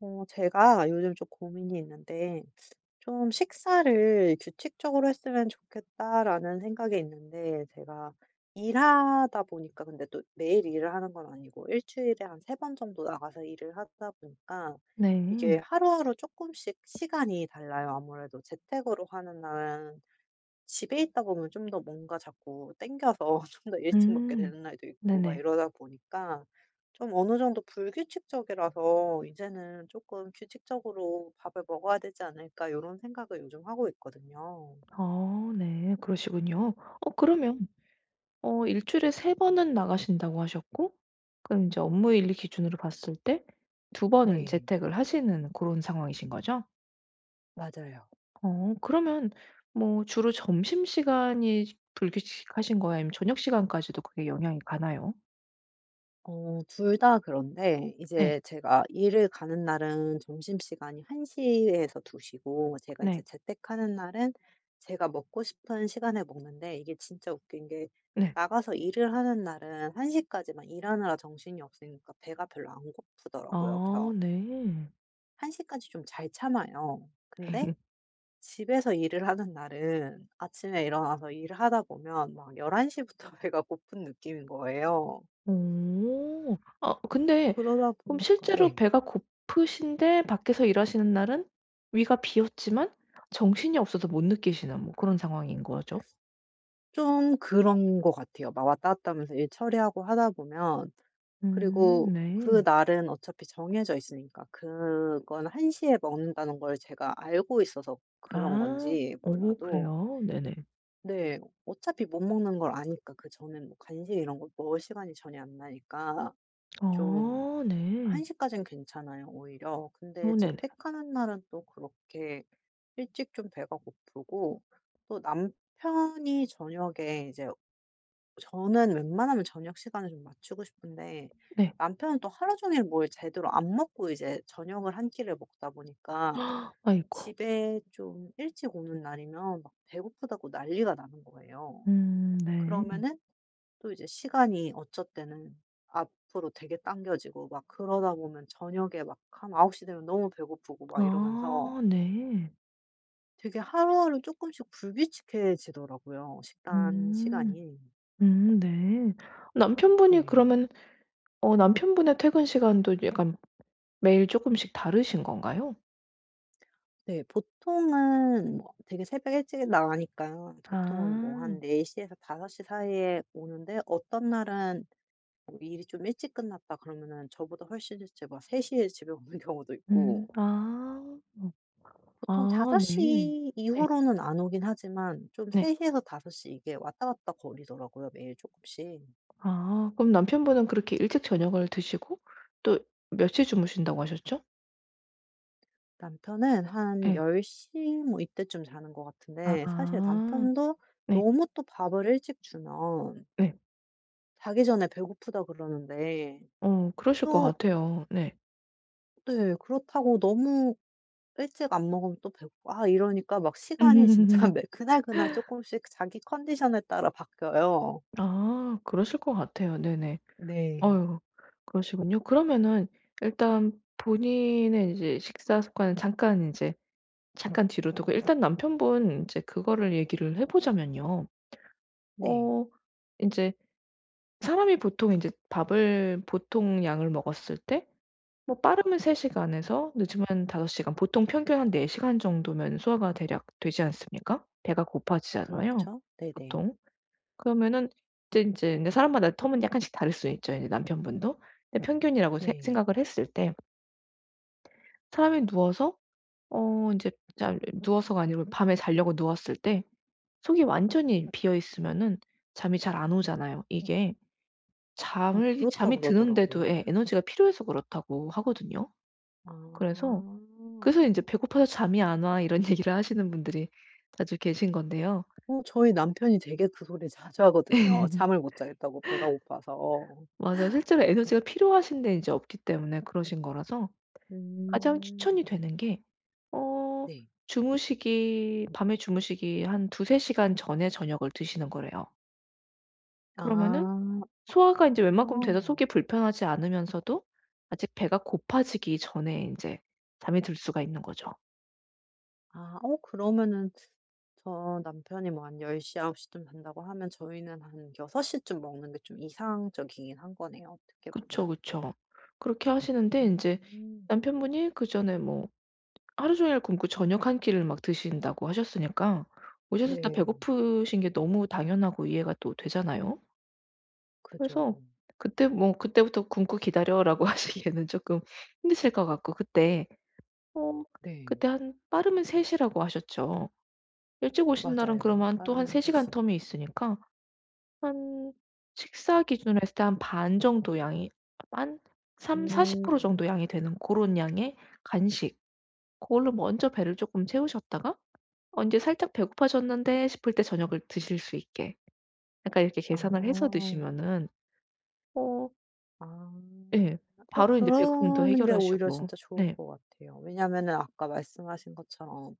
제가 요즘 좀 고민이 있는데, 좀 식사를 규칙적으로 했으면 좋겠다라는 생각이 있는데, 제가 일하다 보니까, 근데 또 매일 일을 하는 건 아니고, 일주일에 한 세 번 정도 나가서 일을 하다 보니까, 이게 네. 하루하루 조금씩 시간이 달라요. 아무래도 재택으로 하는 날은 집에 있다 보면 좀 더 뭔가 자꾸 땡겨서 좀 더 일찍 먹게 음. 되는 날도 있고 막 네네. 이러다 보니까 좀 어느 정도 불규칙적이라서 '이제는 조금 규칙적으로 밥을 먹어야 되지 않을까.' 이런 생각을 요즘 하고 있거든요. 아 네. 그러시군요. 그러면 일주일에 세 번은 나가신다고 하셨고 그럼 이제 업무일 기준으로 봤을 때 두 번은 네. 재택을 하시는 그런 상황이신 거죠? 맞아요. 그러면 뭐 주로 점심시간이 불규칙하신 거예요? 아니면 저녁 시간까지도 그게 영향이 가나요? 둘 다 그런데 네. 이제 제가 일을 가는 날은 점심시간이 1 시에서 2 시고, 제가 이제 네. 재택하는 날은 제가 먹고 싶은 시간에 먹는데, 이게 진짜 웃긴 게 네. 나가서 일을 하는 날은 1 시까지만 일하느라 정신이 없으니까 배가 별로 안 고프더라고요. 아 그래서 네. 1 시까지 좀 잘 참아요. 근데 집에서 일을 하는 날은 아침에 일어나서 일을 하다 보면 막 11 시부터 배가 고픈 느낌인 거예요. 오, 아 근데 그러다 그럼 보니까 실제로 네. 배가 고프신데 밖에서 일하시는 날은 위가 비었지만 정신이 없어서 못 느끼시는 뭐 그런 상황인 거죠? 좀 그런 것 같아요. 막 왔다 갔다 하면서 일 처리하고 하다 보면, 그리고 네. 그 날은 어차피 정해져 있으니까 그건 1 시에 먹는다는 걸 제가 알고 있어서 그런 아. 건지 어 몰라도. 그래요? 네네. 네. 어차피 못 먹는 걸 아니까 그전엔 뭐 간식 이런 거 먹을 시간이 전혀 안 나니까, 좀 아 1 네. 시까지는 괜찮아요 오히려. 근데 어 네네. 재택하는 날은 또 그렇게 일찍 좀 배가 고프고, 또 남편이 저녁에 이제, 저는 웬만하면 저녁 시간을 좀 맞추고 싶은데 네. 남편은 또 하루 종일 뭘 제대로 안 먹고 이제 저녁을 한 끼를 먹다 보니까, 아이고. 집에 좀 일찍 오는 날이면 막 배고프다고 난리가 나는 거예요. 네. 그러면은 또 이제 시간이 어쩔 때는 앞으로 되게 당겨지고 막 그러다 보면 저녁에 막 한9홉시 되면 너무 배고프고 막 이러면서, 아 네. 되게 하루하루 조금씩 불규칙해지더라고요 식단 음. 시간이. 네. 남편분이 네. 그러면 남편분의 퇴근 시간도 약간 매일 쪼끔씩 다르신 건가요? 네. 보통은 뭐 되게 새벽 일찍 나가니까요. 보통은 뭐 아. 한4시 에서 5섯시 사이에 오는데, 어떤 날은 뭐 일이 좀 일찍 끝났다 그러면은 저보다 훨씬 일찍 막3시에 집에 오는 경우도 음. 있고, 아. 어, 보통 5아 섯 네. 시 네. 이후로는 안 오긴 하지만 좀 네. 3시 에서 5섯시 이게 왔다 갔다 거리더라고요, 매일 조금씩. 아 그럼 남편분은 그렇게 일찍 저녁을 드시고 또 몇 시에 주무신다고 하셨죠? 남편은 한 예. 1 0뭐 이때쯤 자는 것 같은데, 사실 아. 남편도 네. 너무 또 밥을 일찍 주면 네. 자기 전에 배고프다 그러는데, 어 그러실 것 또, 같아요. 네. 네, 그렇다고 너무 일찍 안 먹으면 또 배고프고, 아, 이러니까 막 시간이 진짜 매 그날그날 쪼끔씩 자기 컨디션에 따라 바뀌어요. 아 그러실 것 같아요. 네네. 네. 어유 그러시군요. 그러면은 일단 본인의 이제 식사 습관은 잠깐 뒤로 두고 일단 남편분 인제 그거를 얘기를 해 보자면요. 네. 어 인제 사람이 보통 인제 밥을 보통 양을 먹었을 때 뭐 빠르면 3 시간에서 늦으면 5 시간 보통 평균 한 4 시간 정도면 소화가 대략 되지 않습니까? 배가 고파지잖아요 그렇죠. 네네. 보통. 그러면은 이제 인제 근데 사람마다 텀은 약간씩 다를 수 있죠 이제 남편분도. 근데 평균이라고 세 네. 생각을 했을 때 사람이 누워서 어 인제 잘 누워서가 아니고 밤에 자려고 누웠을 때 속이 완전히 비어 있으면은 잠이 잘 안 오잖아요 이게. 잠을 잠이 그렇다고 드는데도 그러더라고요. 예 에너지가 필요해서 그렇다고 하거든요. 아. 그래서 그래서 인제 "배고파서 잠이 안 와." 이런 얘기를 하시는 분들이 자주 계신 건데요. 저희 남편이 되게 그 소리 자주 하거든요. 잠을 못 자겠다고, 배가 고파서. 맞아요. 실제로 에너지가 필요하신데 인제 없기 때문에 그러신 거라서 가장 음. 추천이 되는 게 어 네. 주무시기 한 두세 시간 전에 저녁을 드시는 거래요. 그러면은 아. 소화가 인제 웬만큼 돼서 어. 속이 불편하지 않으면서도 아직 배가 고파지기 전에 인제 잠이 들 수가 있는 거죠. 아, 그러면은 저 남편이 뭐 한 1 0 아홉 9쯤 잔다고 하면, 저희는 한6섯시쯤 먹는 게 좀 이상적이긴 한 거네요, 어떻게 그쵸, 보면. 그쵸. 그렇게 하시는데 인제 음. 남편분이 그전에 뭐 하루 종일 굶고 저녁 한 끼를 막 드신다고 하셨으니까 오셨서때 네. 배고프신 게 너무 당연하고 이해가 또 되잖아요. 그죠. 그래서 그때 뭐 "그때부터 굶고 기다려."라고 하시기에는 쪼끔 힘드실 것 같고 어 네. 그때 한 빠르면 3 시라고 하셨죠. 일찍 오신 날은 맞아요. 그러면 또 한 빠르면 3 3 시간 시 텀이 있으니까 한 식사 기준으로 했을 때 한 반 정도 양이 한3십4 0 음. 정도 양이 되는 고런 양의 간식 고걸로 먼저 배를 쪼끔 채우셨다가 어 인제 '살짝 배고파졌는데.' 싶을 때 저녁을 드실 수 있게 약간 이렇게 계산을 해서 아. 드시면은 어 아. 예 바로 인제 배고픔도 그러는 게 오히려 해결하시고 진짜 좋을 네. 것 같아요. 왜냐면은 아까 말씀하신 것처럼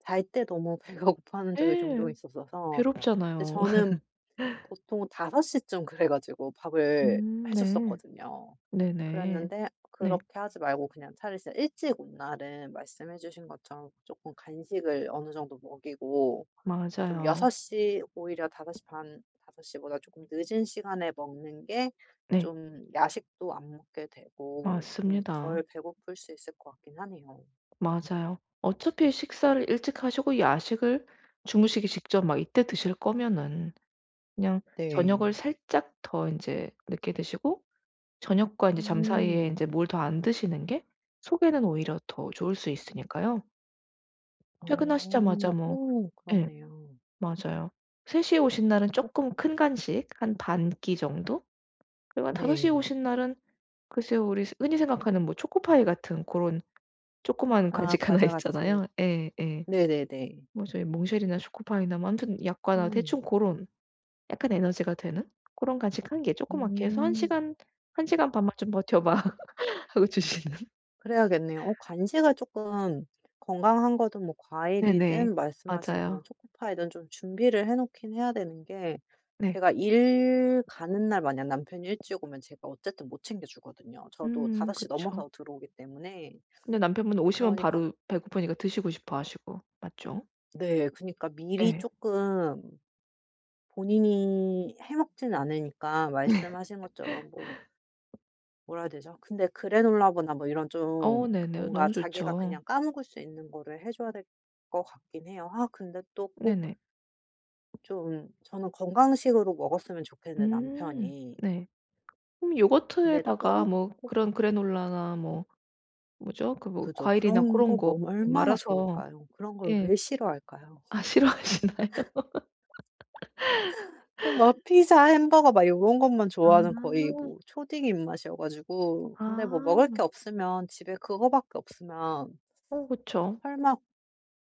잘 때 너무 배가 고파하는 적이 종종 예. 있었어서. 근데 괴롭잖아요. 저는 보통 5섯시쯤 그래 가지고 밥을 해 네. 줬었거든요. 네네. 그랬는데, 네. 그렇게 하지 말고 그냥 차라리 진짜 일찍 온 날은 말씀해 주신 것처럼 조금 간식을 어느 정도 먹이고, 좀6 맞아요. 섯시 오히려 5시반5섯시 보다 조금 늦은 시간에 먹는 게 네. 좀 야식도 안 먹게 되고 좀 맞습니다. 덜 배고플 수 있을 것 같긴 하네요. 맞아요. 어차피 식사를 일찍 하시고 야식을 주무시기 직전 막 이때 드실 거면은 그냥 저녁을 네. 살짝 더 인제 늦게 드시고 저녁과 인제 잠 사이에 음. 인제 뭘 더 안 드시는 게 속에는 오히려 더 좋을 수 있으니까요. 퇴근하시자마자 어. 뭐 오, 예 그렇네요. 맞아요. 3 시에 오신 날은 어. 쪼끔 큰 간식 한 반 끼 정도? 그리고 한 5 시에 네. 오신 날은 글쎄요 우리 흔히 생각하는 뭐 초코파이 같은 고런 조그만 아, 간식 하나 과자 같이. 있잖아요. 예 예. 네네네. 뭐 저희 몽쉘이나 초코파이나 뭐 아무튼 약과나 대충 음. 고런 약간 에너지가 되는 고런 간식 한 개 조그맣게 해서 한 음. 시간 한 시간 반만 좀 버텨 봐." 하고 주시는. 그래야겠네요. 간식을 조금, 건강한 거든 뭐 네네. 과일이든 말씀하신 맞아요. 그런 초코파이든 좀 준비를 해 놓긴 해야 되는 게, 네. 제가 일 가는 날 만약 남편이 일찍 오면 제가 어쨌든 못 챙겨 주거든요. 저도 5시 그쵸. 넘어서 들어오기 때문에. 근데 남편분은 오시면 그러니까, 바로 배고프니까 드시고 싶어 하시고. 맞죠? 네, 그니까 미리 예. 조금 본인이 해 먹진 않으니까 말씀하신 것처럼 뭐, 뭐라 해야 되죠? 근데 그래놀라거나 뭐 이런 어 좀 네네. 뭔가 너무 자기가 좋죠. 그냥 까먹을 수 있는 거를 해 줘야 될 것 같긴 해요. 아, 근데 또 꼭 네네. 좀 저는 건강식으로 먹었으면 좋겠는데, 음 남편이. 네. 그럼 근데 요거트에다가 또 뭐 그런 그래놀라나 뭐 뭐죠? 그 뭐 그죠. 과일이나 그런 고런 거 거 먹으면 네, 얼마나 말아서 좋을까요? 그런 걸 예. 왜 싫어할까요? 아 싫어하시나요? 또 막 피자, 햄버거 막 요런 것만 좋아하는, 거의 아. 뭐 초딩 입맛이어 가지고. 근데 뭐 먹을 아. 게 없으면, 집에 그거밖에 없으면 어 그쵸. 설마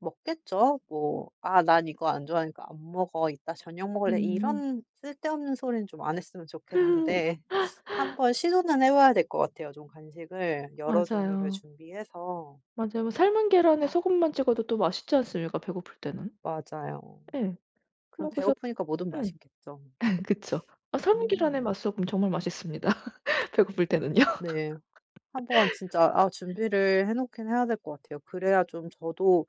먹겠죠. 뭐 "아, 난 이거 안 좋아하니까 안 먹어. 이따 저녁 먹을래." 음. 이런 쓸데없는 소리는 좀 안 했으면 좋겠는데 한번 시도는 해 봐야 될 것 같아요, 좀 간식을 여러 종류를 맞아요. 준비해서. 맞아요. 뭐 삶은 계란에 소금만 찍어도 또 맛있지 않습니까 배고플 때는. 맞아요. 예. 그럼 뭐 그래서 배고프니까 뭐든 예. 맛있겠죠. 그쵸. 아 삶은 계란에 음. 맛소금 정말 맛있습니다 배고플 때는요. 네. 한번 진짜, 아, 준비를 해 놓긴 해야 될 것 같아요. 그래야 좀, 저도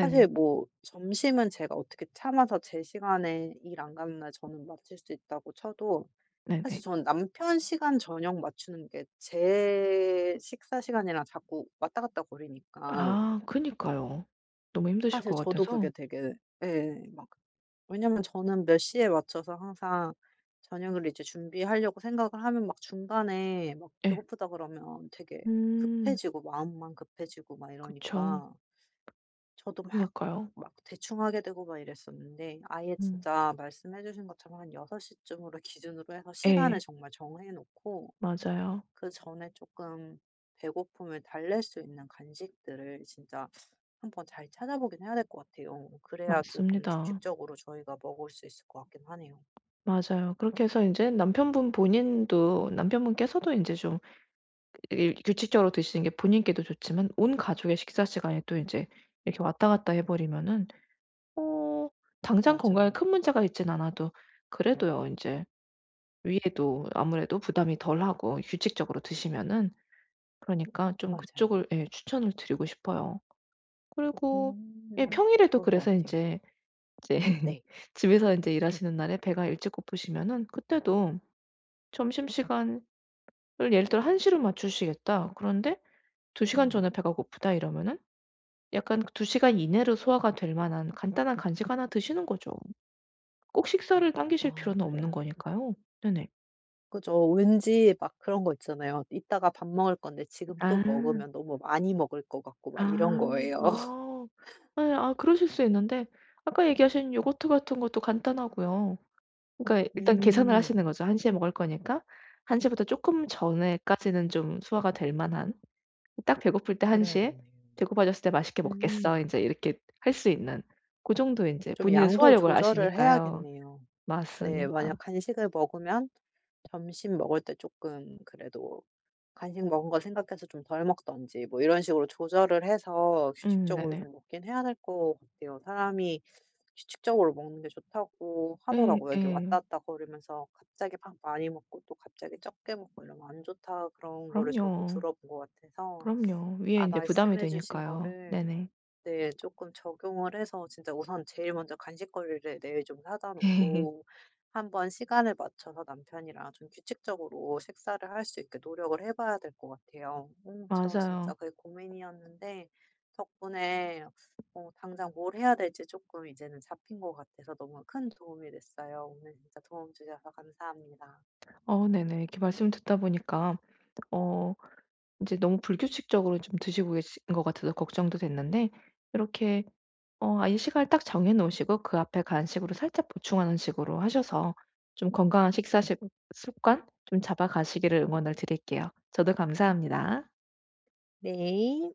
사실 뭐 점심은 제가 어떻게 참아서 제 시간에 일 안 가는 날 저는 마칠 수 있다고 쳐도, 사실 네네. 저는 남편 시간 저녁 맞추는 게 제 식사 시간이랑 자꾸 왔다 갔다 거리니까. 아 그니까요. 너무 힘드실 사실 것 저도 그게 같아서. 되게, 예, 막, 왜냐면 저는 몇 시에 맞춰서 항상 저녁을 이제 준비하려고 생각을 하면 막 중간에 막 예. 배고프다 그러면 되게 음. 급해지고 마음만 급해지고 막 그쵸. 이러니까 저도 막, 그니까요. 대충 하게 되고 막 이랬었는데, 아예 음. 진짜 말씀해 주신 것처럼 한 6 시쯤으로 기준으로 해서 시간을 예. 정말 정해 놓고, 맞아요. 그 전에 조금 배고픔을 달랠 수 있는 간식들을 진짜 한번 잘 찾아보긴 해야 될 것 같아요. 그래야 조금 맞습니다. 규칙적으로 저희가 먹을 수 있을 것 같긴 하네요. 맞아요. 그렇게 해서 인제 남편분 본인도 남편분께서도 인제 좀 이 규칙적으로 드시는 게 본인께도 좋지만 온 가족의 식사 시간에 또 인제 이렇게 왔다 갔다 해 버리면은 어 당장 건강에 맞아요, 큰 문제가 있진 않아도 그래도요 인제 위에도 아무래도 부담이 덜하고 규칙적으로 드시면은 그러니까 좀 맞아요. 그쪽을 예 추천을 드리고 싶어요. 그리고 예 평일에도 좋을 것 그래서 같아요. 인제 이제 네. 집에서 인제 일하시는 날에 배가 일찍 고프시면은 그때도 점심시간 를 예를 들어 1 시로 맞추시겠다. 그런데 2 시간 전에 음. 배가 고프다 이러면은 약간 2 시간 이내로 소화가 될 만한 간단한 간식 하나 드시는 거죠. 꼭 식사를 당기실 아, 필요는 없는 그래야겠. 거니까요. 네네. 그죠. 왠지 막 그런 거 있잖아요. 이따가 밥 먹을 건데 지금 또 아. 먹으면 너무 많이 먹을 것 같고 막 이런 아. 거예요. 아. 예. 아 그러실 수 있는데 아까 얘기하신 요거트 같은 것도 간단하고요. 그러니까 일단 계산을 하시는 음. 거죠. 1 시에 먹을 거니까 1 시보다 쪼끔 전에까지는 좀 소화가 될 만한. 딱 배고플 때 한 시에 그래야겠네요. "배고파졌을 때 맛있게 먹겠어." 음. 인제 이렇게 할 수 있는 고 정도 인제 좀 본인의 양도 소화력을 조절을 아시니까요. 해야겠네요. 네. 만약 맞습니다. 간식을 먹으면 점심 먹을 때 조금 그래도 간식 먹은 거 생각해서 좀 덜 먹든지 뭐 이런 식으로 조절을 해서 규칙적으로 네네. 좀 먹긴 해야 될 것 같아요. 사람이 규칙적으로 먹는 게 좋다고 예 하더라고요. 기 예. 왔다 갔다 거리면서 갑자기 막 많이 먹고 또 갑자기 적게 먹고 이러면 안 좋다 그런 거를 저도 그럼요. 들어 본 것 같아서. 그럼요. 위에 아, 인제 부담이 말씀해 주신 되니까요. 거를, 네네. 네, 조금 적용을 해서 진짜 우선 제일 먼저 간식거리를 내일 좀 사다 놓고 한번 시간을 맞춰서 남편이랑 좀 규칙적으로 식사를 할 수 있게 노력을 해 봐야 될 것 같아요. 저 맞아요. 진짜 그게 고민이었는데 덕분에 당장 뭘 해야 될지 조금 이제는 잡힌 것 같아서 너무 큰 도움이 됐어요. 오늘 진짜 도움 주셔서 감사합니다. 어 네네. 이렇게 말씀 듣다 보니까 어 인제 너무 불규칙적으로 좀 드시고 계신 것 같아서 걱정도 됐는데 이렇게 아예 시간을 딱 정해 놓으시고 그 앞에 간식으로 살짝 보충하는 식으로 하셔서 좀 건강한 식사 식 습관 좀 잡아가시기를 응원을 드릴게요. 저도 감사합니다. 네.